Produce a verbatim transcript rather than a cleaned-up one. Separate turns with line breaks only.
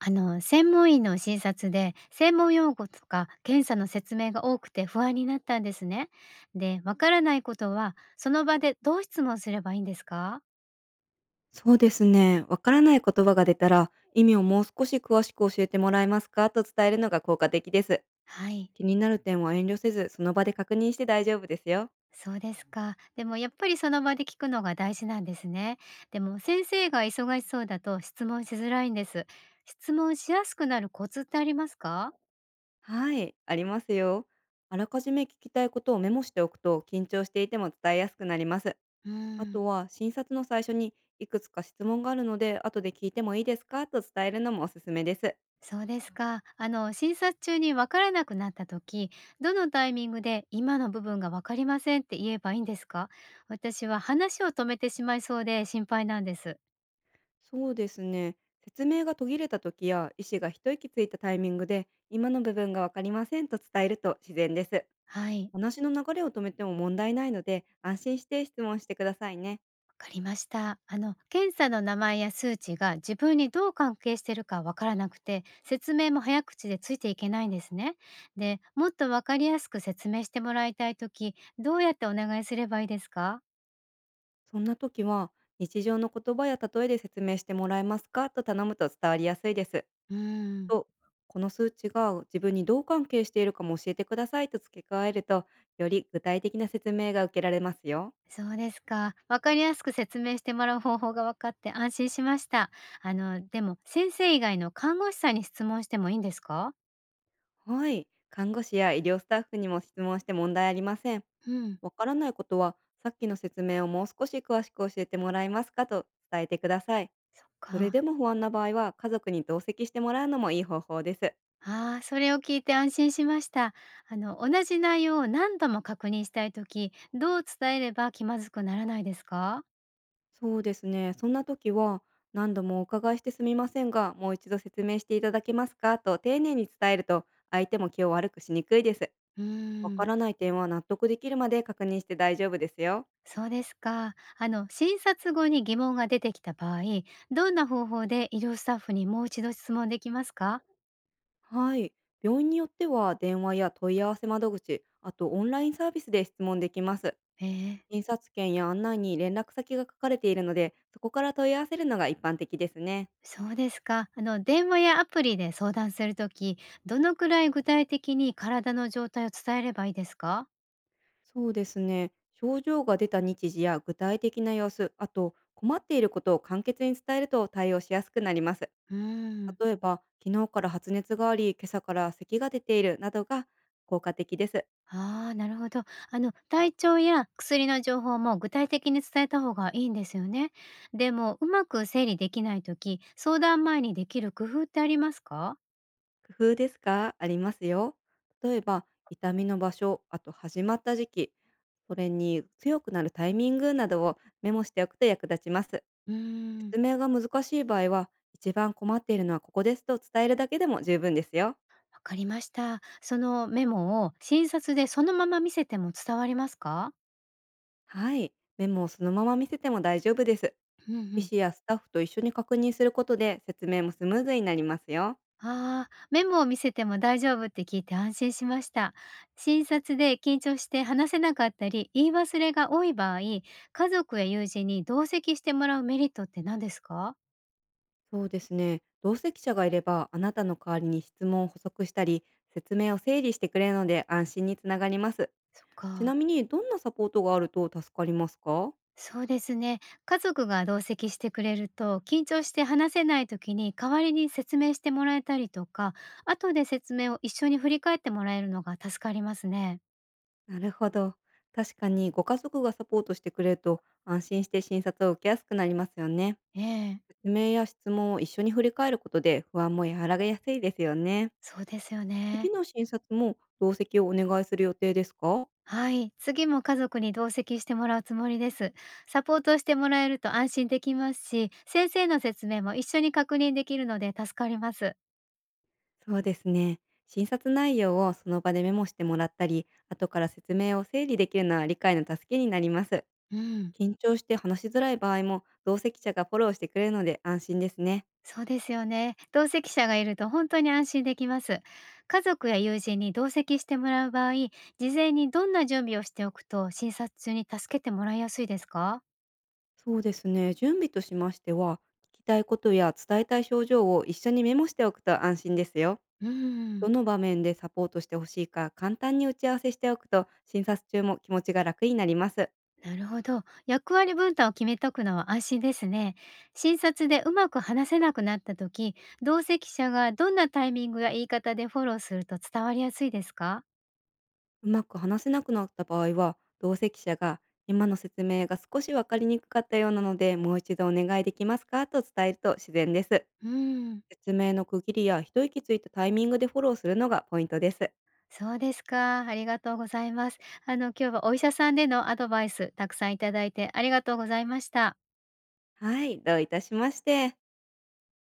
あの、専門医の診察で、専門用語とか検査の説明が多くて不安になったんですね。で、わからないことは、その場でどう質問すればいいんですか？
そうですね。わからない言葉が出たら、意味をもう少し詳しく教えてもらえますかと伝えるのが効果的です。
はい。
気になる点は遠慮せず、その場で確認して大丈夫ですよ。
そうですか。でもやっぱりその場で聞くのが大事なんですね。でも先生が忙しそうだと質問しづらいんです。質問しやすくなるコツってありますか？
はい、ありますよ。あらかじめ聞きたいことをメモしておくと、緊張していても伝えやすくなります。
う
あ
ーん。
とは、診察の最初に、いくつか質問があるので、後で聞いてもいいですかと伝えるのもおすすめです。
そうですか。あの、診察中にわからなくなった時、どのタイミングで今の部分がわかりませんって言えばいいんですか？私は話を止めてしまいそうで心配なんです。
そうですね。説明が途切れた時や医師が一息ついたタイミングで、今の部分がわかりませんと伝えると自然です。
はい、
話の流れを止めても問題ないので、安心して質問してくださいね。
わかりました。あの、検査の名前や数値が自分にどう関係してるかわからなくて、説明も早口でついていけないんですね。で、もっとわかりやすく説明してもらいたい時、どうやってお願いすればいいですか？
そんな時は、日常の言葉や例えで説明してもらえますかと頼むと伝わりやすいです。
うーん。
と、この数値が自分にどう関係しているかも教えてくださいと付け加えると、より具体的な説明が受けられますよ。
そうですか。わかりやすく説明してもらう方法が分かって安心しました。あの、でも先生以外の看護師さんに質問してもいいんですか？
はい。看護師や医療スタッフにも質問して問題ありません。
うん、
わからないことは、さっきの説明をもう少し詳しく教えてもらえますかと伝えてください。
そっ
それ
か。
でも不安な場合は、家族に同席してもらうのもいい方法です。
ああ、それを聞いて安心しました。あの、同じ内容を何度も確認したいとき、どう伝えれば気まずくならないですか？
そうですね。そんな時は、何度もお伺いしてすみませんが、もう一度説明していただけますかと丁寧に伝えると、相手も気を悪くしにくいです。
うー
わか
ん、
らない点は、納得できるまで確認して大丈夫ですよ。
そうですか。あの、診察後に疑問が出てきた場合、どんな方法で医療スタッフにもう一度質問できますか？
はい。病院によっては、電話や問い合わせ窓口、あとオンラインサービスで質問できます。
ええ。
診察券や案内に連絡先が書かれているので、そこから問い合わせるのが一般的ですね。
そうですか。あの、電話やアプリで相談するとき、どのくらい具体的に体の状態を伝えればいいですか？
そうですね。症状が出た日時や具体的な様子、あと困っていることを簡潔に伝えると対応しやすくなります。
うーん、
例えば、昨日から発熱があり、今朝から咳が出ているなどが効果的です。
ああなるほど。あの、体調や薬の情報も具体的に伝えた方がいいんですよね。でも、うまく整理できないとき、相談前にできる工夫ってありますか？
工夫ですか、ありますよ。例えば、痛みの場所、あと始まった時期、それに強くなるタイミングなどをメモしておくと役立ちます。
うーん。
説明が難しい場合は、一番困っているのはここですと伝えるだけでも十分ですよ。
わかりました。そのメモを診察でそのまま見せても伝わりますか？
はい。メモをそのまま見せても大丈夫です。
ううんう
医
ん。
師やスタッフと一緒に確認することで、説明もスムーズになりますよ。
ああ、メモを見せても大丈夫って聞いて安心しました。診察で緊張して話せなかったり、言い忘れが多い場合、家族や友人に同席してもらうメリットって何ですか？
そうですね。同席者がいれば、あなたの代わりに質問を補足したり、説明を整理してくれるので安心につながります。
そっ
ちな
か。
みに、どんなサポートがあると助かりますか？
そうですね。家族が同席してくれると、緊張して話せない時に代わりに説明してもらえたりとか、後で説明を一緒に振り返ってもらえるのが助かりますね。
なるほど。確かにご家族がサポートしてくれると、安心して診察を受けやすくなりますよね。
ええ、
説明や質問を一緒に振り返ることで、不安も和らげやすいですよね。
そうですよ
次
ね。
の診察も同席をお願いする予定ですか？
はい、次も家族に同席してもらうつもりです。サポートしてもらえると安心できますし、先生の説明も一緒に確認できるので助かります。
そうですね。診察内容をその場でメモしてもらったり、後から説明を整理できるのは理解の助けになります。
うん。
緊張して話しづらい場合も、同席者がフォローしてくれるので安心ですね。
そうですよね。同席者がいると本当に安心できます。家族や友人に同席してもらう場合、事前にどんな準備をしておくと診察中に助けてもらいやすいですか？
そうですね。準備としましては、聞きたいことや伝えたい症状を一緒にメモしておくと安心ですよ。
う
ど
ん、
の場面でサポートしてほしいか簡単に打ち合わせしておくと、診察中も気持ちが楽になります。
なるほど。役割分担を決めとくのは安心ですね。診察でうまく話せなくなった時、同席者がどんなタイミングや言い方でフォローすると伝わりやすいですか？
うまく話せなくなった場合は、同席者が、今の説明が少し分かりにくかったようなのでもう一度お願いできますかと伝えると自然です。
うん、
説明の区切りや一息ついたタイミングでフォローするのがポイントです。
そうですか。ありがとうございます。あの、今日はお医者さんでのアドバイスたくさんいただいてありがとうございました。
はい、どういたしまして。